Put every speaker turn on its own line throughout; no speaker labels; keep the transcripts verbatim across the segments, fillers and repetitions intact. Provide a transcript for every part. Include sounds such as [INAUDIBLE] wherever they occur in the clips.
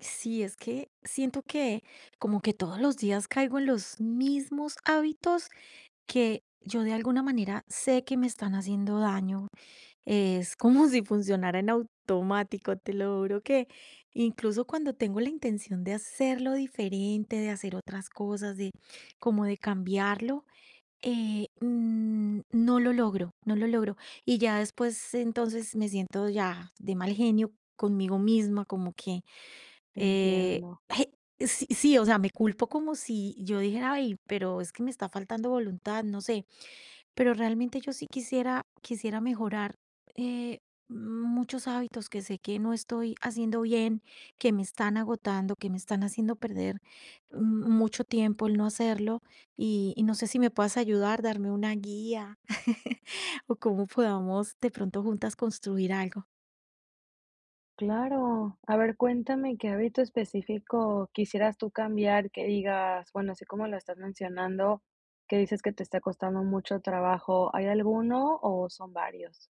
Sí, es que siento que como que todos los días caigo en los mismos hábitos que yo de alguna manera sé que me están haciendo daño. Es como [LAUGHS] si funcionara en automático, te lo juro que incluso cuando tengo la intención de hacerlo diferente, de hacer otras cosas, de como de cambiarlo, eh, mm, no lo logro, no lo logro. Y ya después entonces me siento ya de mal genio conmigo misma, como que eh,
Entiendo.
ay, sí, sí, o sea, me culpo como si yo dijera, ay, pero es que me está faltando voluntad, no sé, pero realmente yo sí quisiera, quisiera mejorar eh, muchos hábitos que sé que no estoy haciendo bien, que me están agotando, que me están haciendo perder mm, mucho tiempo el no hacerlo y, y no sé si me puedas ayudar, darme una guía [LAUGHS] o cómo podamos de pronto juntas construir algo.
Claro. A ver, cuéntame qué hábito específico quisieras tú cambiar, que digas, bueno, así como lo estás mencionando, que dices que te está costando mucho trabajo, ¿hay alguno o son varios?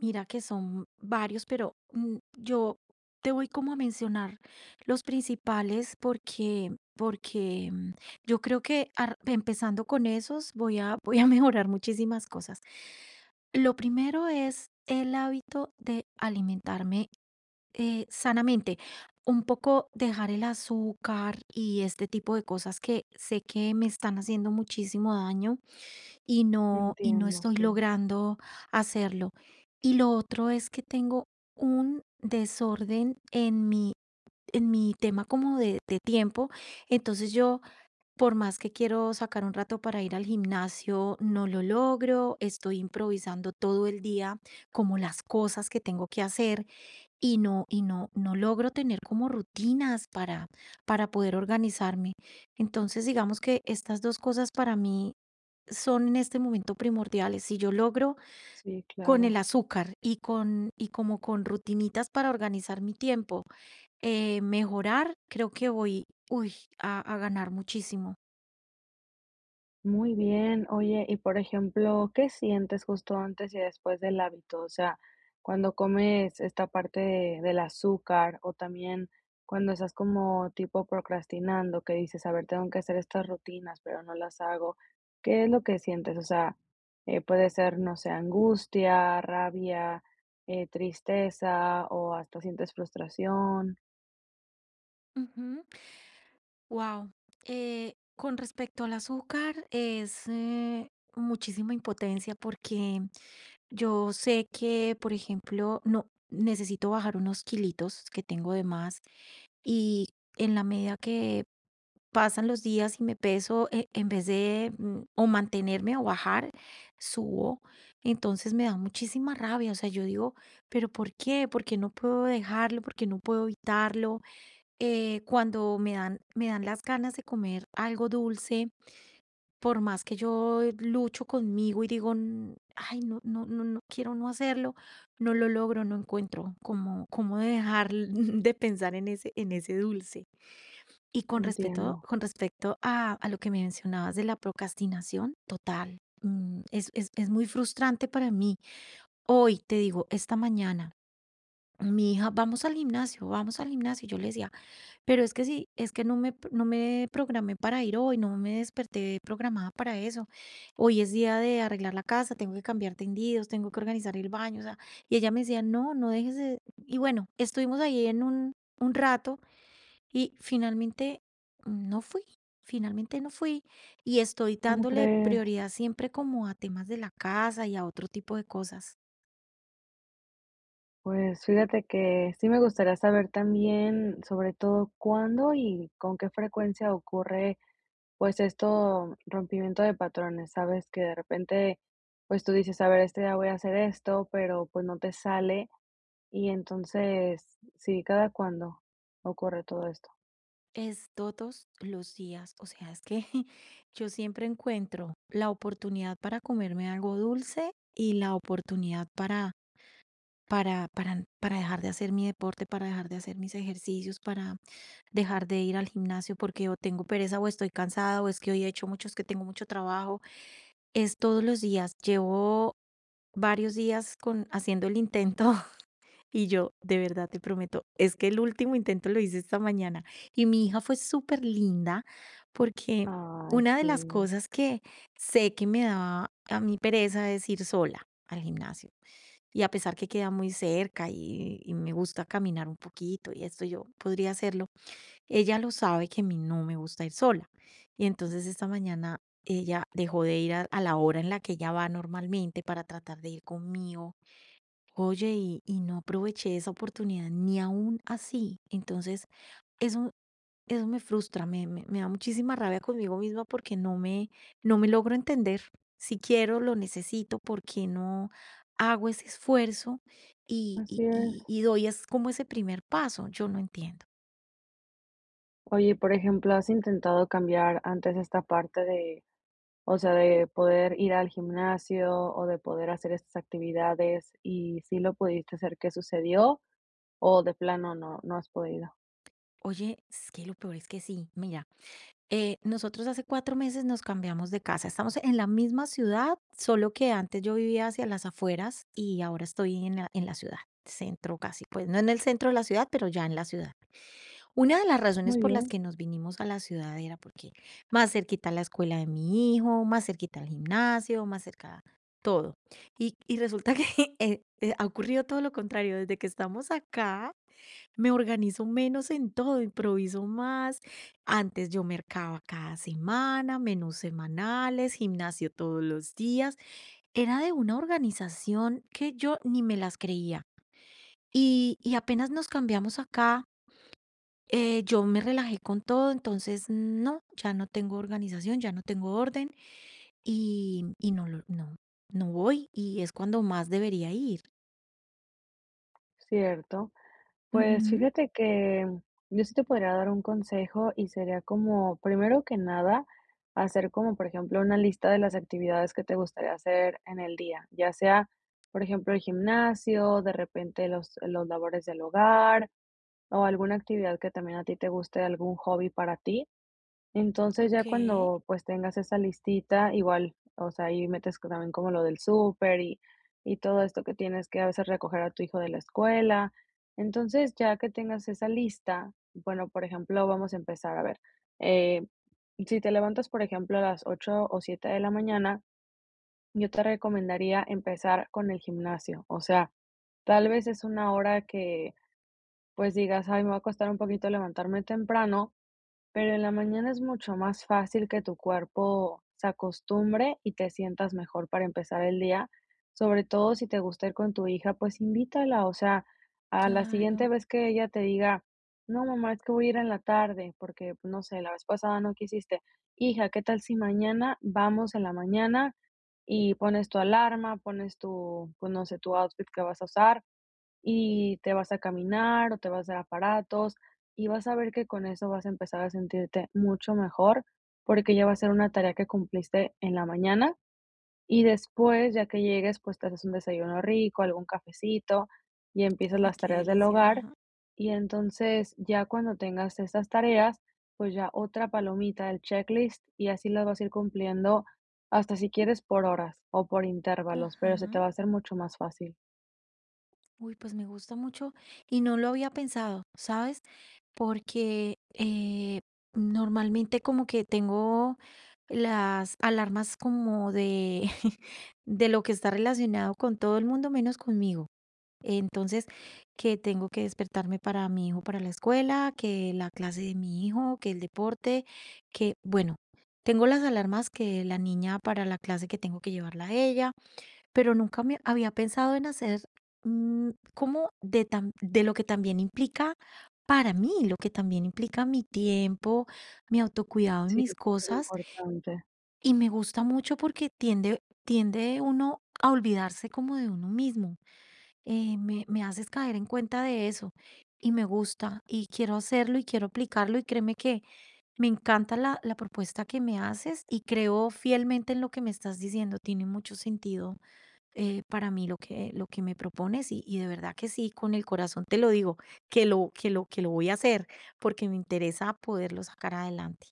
Mira que son varios, pero mm, yo te voy como a mencionar los principales porque, porque mm, yo creo que ar- empezando con esos voy a, voy a [LAUGHS] mejorar muchísimas cosas. Lo primero es el hábito de alimentarme eh, sanamente, un poco dejar el azúcar y este tipo de cosas que sé que me están haciendo muchísimo daño y no y no
Entiendo,
estoy
sí,
logrando hacerlo. Y lo otro es que tengo un desorden en mi en mi tema como de, de tiempo. Entonces yo, por más que quiero sacar un rato para ir al gimnasio, no lo logro. Estoy improvisando todo el día como las cosas que tengo que hacer y no, y no, no logro tener como rutinas para, para poder organizarme. Entonces digamos que estas dos cosas para mí son en este momento primordiales. Si yo logro
sí,
con el
claro.
azúcar y con y como con rutinitas para organizar mi tiempo, eh, mejorar, creo que voy, uy, a, a ganar muchísimo.
Muy bien. Oye, y por ejemplo, ¿qué sientes justo antes y después del hábito? O sea, cuando comes esta parte de- del azúcar o también cuando estás como tipo procrastinando, que dices, a ver, tengo que hacer estas rutinas, pero no las hago. ¿Qué es lo que sientes? O sea, eh, puede ser, no sé, angustia, rabia, eh, tristeza o hasta sientes frustración.
Wow. Con respecto al azúcar, es eh, muchísima impotencia porque yo sé que, por ejemplo, no necesito bajar unos kilitos que tengo de más y en la medida que pasan los días y me peso, e- en vez de mm, o mantenerme o bajar, subo. Entonces me da muchísima rabia. O sea, yo digo, ¿pero por qué? ¿Por qué no puedo dejarlo? ¿Por qué no puedo evitarlo? Eh, cuando me dan, me dan las ganas de comer algo dulce, por más que yo lucho conmigo y digo, "N- ay, no, no, no, no quiero no hacerlo, no lo logro, no encuentro cómo, cómo dejar [LAUGHS] de pensar en ese, en ese dulce". Y con respecto
Entiendo.
con respecto a a lo que me mencionabas de la procrastinación, total, mm, es es es muy frustrante para mí. Hoy, te digo, esta mañana, mi hija: "Vamos al gimnasio, vamos al gimnasio", y yo le decía: "Pero es que sí, es que no me pr- no me programé para ir hoy, no me desperté programada para eso. Hoy es día de arreglar la casa, tengo que cambiar tendidos, tengo que organizar el baño", o sea, y ella me decía: "No, no dejes de". Y bueno, estuvimos ahí en un un rato y finalmente no fui, finalmente no fui y estoy
¿Cómo
dándole
crees?
prioridad siempre como a temas de la casa y a otro tipo de cosas.
Pues fíjate que sí me gustaría saber también, sobre todo, cuándo y con qué frecuencia ocurre, pues, esto rompimiento de patrones, ¿sabes? Que de repente, pues, tú dices: "A ver, este día voy a hacer esto", pero, pues, no te sale. Y entonces, sí, ¿cada cuándo ocurre todo esto?
Es todos los días, o sea, es que [LAUGHS] yo siempre encuentro la oportunidad para comerme algo dulce y la oportunidad para para para para dejar de hacer mi deporte, para dejar de hacer mis ejercicios, para dejar de ir al gimnasio porque o tengo pereza o estoy cansada o es que hoy he hecho mucho, es que tengo mucho trabajo. Es todos los días. Llevo varios días con haciendo el intento [LAUGHS] y yo, de verdad te prometo, es que el último intento lo hice esta mañana. Y mi hija fue súper linda porque
Ay,
una de las
sí,
cosas que sé que me daba a mí pereza es ir sola al gimnasio. Y a pesar que queda muy cerca y, y me gusta caminar un poquito y esto yo podría hacerlo, ella lo sabe que a mí no me gusta ir sola. Y entonces esta mañana ella dejó de ir a, a la hora en la que ella va normalmente para tratar de ir conmigo. Oye, y, y no aproveché esa oportunidad ni aún así. Entonces, eso, eso me frustra, me, me, me da muchísima rabia conmigo misma porque no me, no me logro entender. Si quiero, lo necesito, ¿porque no hago ese esfuerzo y, y,
así es.
y y doy es como ese primer paso? Yo no entiendo.
Oye, por ejemplo, ¿has intentado cambiar antes esta parte de… O sea, ¿de poder ir al gimnasio o de poder hacer estas actividades, y si lo pudiste hacer? ¿Qué sucedió? ¿O de plano no, no has podido?
Oye, es que lo peor es que sí. Mira, eh, nosotros hace cuatro meses nos cambiamos de casa. Estamos en la misma ciudad, solo que antes yo vivía hacia las afueras y ahora estoy en la, en la ciudad, centro casi. Pues no en el centro de la ciudad, pero ya en la ciudad. Una de las razones
Muy
por las
bien,
que nos vinimos a la ciudad era porque más cerquita la escuela de mi hijo, más cerquita el gimnasio, más cerca todo. Y, y resulta que [LAUGHS] eh, eh, ha ocurrido todo lo contrario. Desde que estamos acá, me organizo menos en todo, improviso más. Antes yo mercaba cada semana, menús semanales, gimnasio todos los días. Era de una organización que yo ni me las creía. Y, y apenas nos cambiamos acá, eh, yo me relajé con todo, entonces no, ya no tengo organización, ya no tengo orden y, y no, lo- no, no voy y es cuando más debería ir.
cierto. Pues
Ujú.
fíjate que mm, yo sí te podría dar un consejo y sería como, primero que nada, hacer como, por ejemplo, una lista de las actividades que te gustaría hacer en el día, ya sea, por ejemplo, el gimnasio, de repente los, los labores del hogar o alguna actividad que también a ti te guste, algún hobby para ti. Entonces, ya
Ok,
cuando, pues, tengas esa listita, igual, o sea, ahí metes co también como lo del súper y y todo esto que tienes que a veces recoger a tu hijo de la escuela. Entonces, ya que tengas esa lista, bueno, por ejemplo, vamos a empezar, a ver, eh, si te levantas, por ejemplo, a las ocho o siete de la mañana, yo te recomendaría empezar con el gimnasio. O sea, tal vez es una hora que, pues, digas: "Ay, me va a costar un poquito levantarme temprano", pero en la mañana es mucho más fácil que tu cuerpo se acostumbre y te sientas mejor para empezar el día, sobre todo si te gusta ir con tu hija, pues invítala, o sea, a la siguiente
claro.
vez que ella te diga, no, mamá, es que voy a ir en la tarde, porque no sé, la vez pasada no quisiste, hija, ¿qué tal si mañana vamos en la mañana y pones tu alarma, pones tu, pues no sé, tu outfit que vas a usar? Y te vas a caminar o te vas a hacer aparatos y vas a ver que con eso vas a empezar a sentirte mucho mejor porque ya va a ser una tarea que cumpliste en la mañana y después, ya que llegues, pues te haces un desayuno rico, algún cafecito y empiezas
Ay,
las
qué
tareas del
delicia.
hogar.
Ajá.
Y entonces ya cuando tengas estas tareas, pues ya otra palomita del checklist y así las vas a ir cumpliendo hasta si quieres por horas o por intervalos,
Ajá.
pero se te va a hacer mucho más fácil.
Uy, pues me gusta mucho y no lo había pensado, ¿sabes? Porque eh, normalmente como que tengo las alarmas como de, [LAUGHS] de lo que está relacionado con todo el mundo menos conmigo. Entonces, que tengo que despertarme para mi hijo, para la escuela, que la clase de mi hijo, que el deporte, que bueno, tengo las alarmas que la niña para la clase que tengo que llevarla a ella, pero nunca me había pensado en hacer, mm, como de tam de lo que también implica para mí, lo que también implica mi tiempo, mi autocuidado y
Sí,
mis
es
cosas,
importante.
y me gusta mucho porque tiende tiende uno a olvidarse como de uno mismo, eh, me me haces caer en cuenta de eso, y me gusta, y quiero hacerlo, y quiero aplicarlo, y créeme que me encanta la la propuesta que me haces, y creo fielmente en lo que me estás diciendo, tiene mucho sentido eh, para mí lo que, lo que me propones y, y de verdad que sí, con el corazón te lo digo, que lo, que lo, que lo voy a hacer porque me interesa poderlo sacar adelante.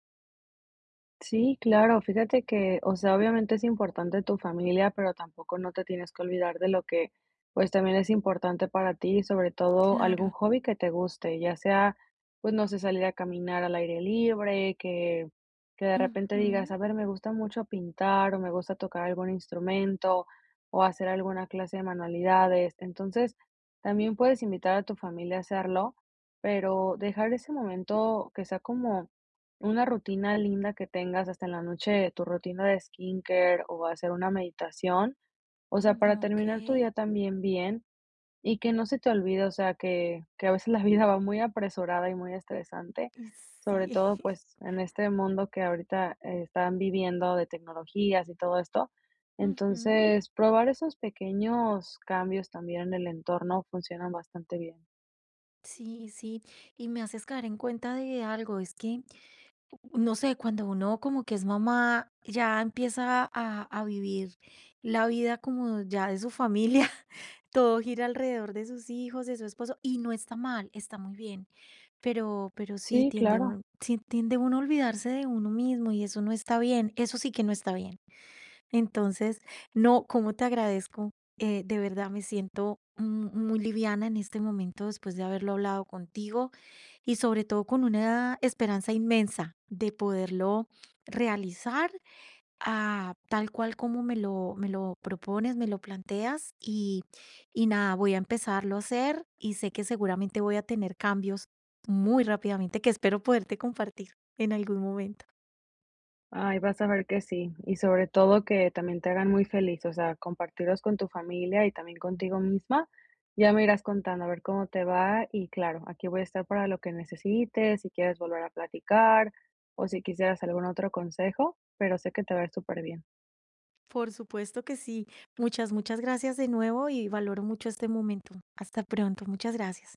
Sí, claro, fíjate que, o sea, obviamente es importante tu familia, pero tampoco no te tienes que olvidar de lo que, pues también es importante para ti, sobre todo algún
Claro.
hobby que te guste, ya sea, pues no sé, salir a caminar al aire libre, que, que de repente
Ujú,
digas, a ver, me gusta mucho pintar o me gusta tocar algún instrumento o hacer alguna clase de manualidades. Entonces, también puedes invitar a tu familia a hacerlo, pero dejar ese momento que sea como una rutina linda que tengas hasta en la noche, tu rutina de skincare o hacer una meditación, o sea, para
ok.
terminar tu día también bien y que no se te olvide, o sea, que, que a veces la vida va muy apresurada y muy estresante,
Y
sobre
sí.
todo
[LAUGHS]
pues en este mundo que ahorita eh, están viviendo de tecnologías y todo esto.
Ujú.
Entonces, probar esos pequeños cambios también en el entorno funcionan bastante bien.
Sí, sí, y me haces caer en cuenta de algo, es que no sé, cuando uno como que es mamá, ya empieza a, a vivir la vida como ya de su familia, [LAUGHS] todo gira alrededor de sus hijos, de su esposo, y no está mal, está muy bien, pero, pero sí
Sí,
tiende
claro.
uno, sí tiende uno a olvidarse de uno mismo y eso no está bien, eso sí que no está bien. Entonces, no, ¿cómo te agradezco? Eh, de verdad me siento mu- muy liviana en este momento después de haberlo hablado contigo y sobre todo con una esperanza inmensa de poderlo realizar ah, tal cual como me lo, me lo propones, me lo planteas y, y nada, voy a empezarlo a hacer y sé que seguramente voy a tener cambios muy rápidamente que espero poderte compartir en algún momento.
Ay, vas a ver que sí, y sobre todo que también te hagan muy feliz, o sea, compartirlos con tu familia y también contigo misma. Ya me irás contando a ver cómo te va y claro, aquí voy a estar para lo que necesites, si quieres volver a platicar o si quisieras algún otro consejo, pero sé que te va a ir superbién.
Por supuesto que sí. Muchas, muchas gracias de nuevo y valoro mucho este momento. Hasta pronto. Muchas gracias.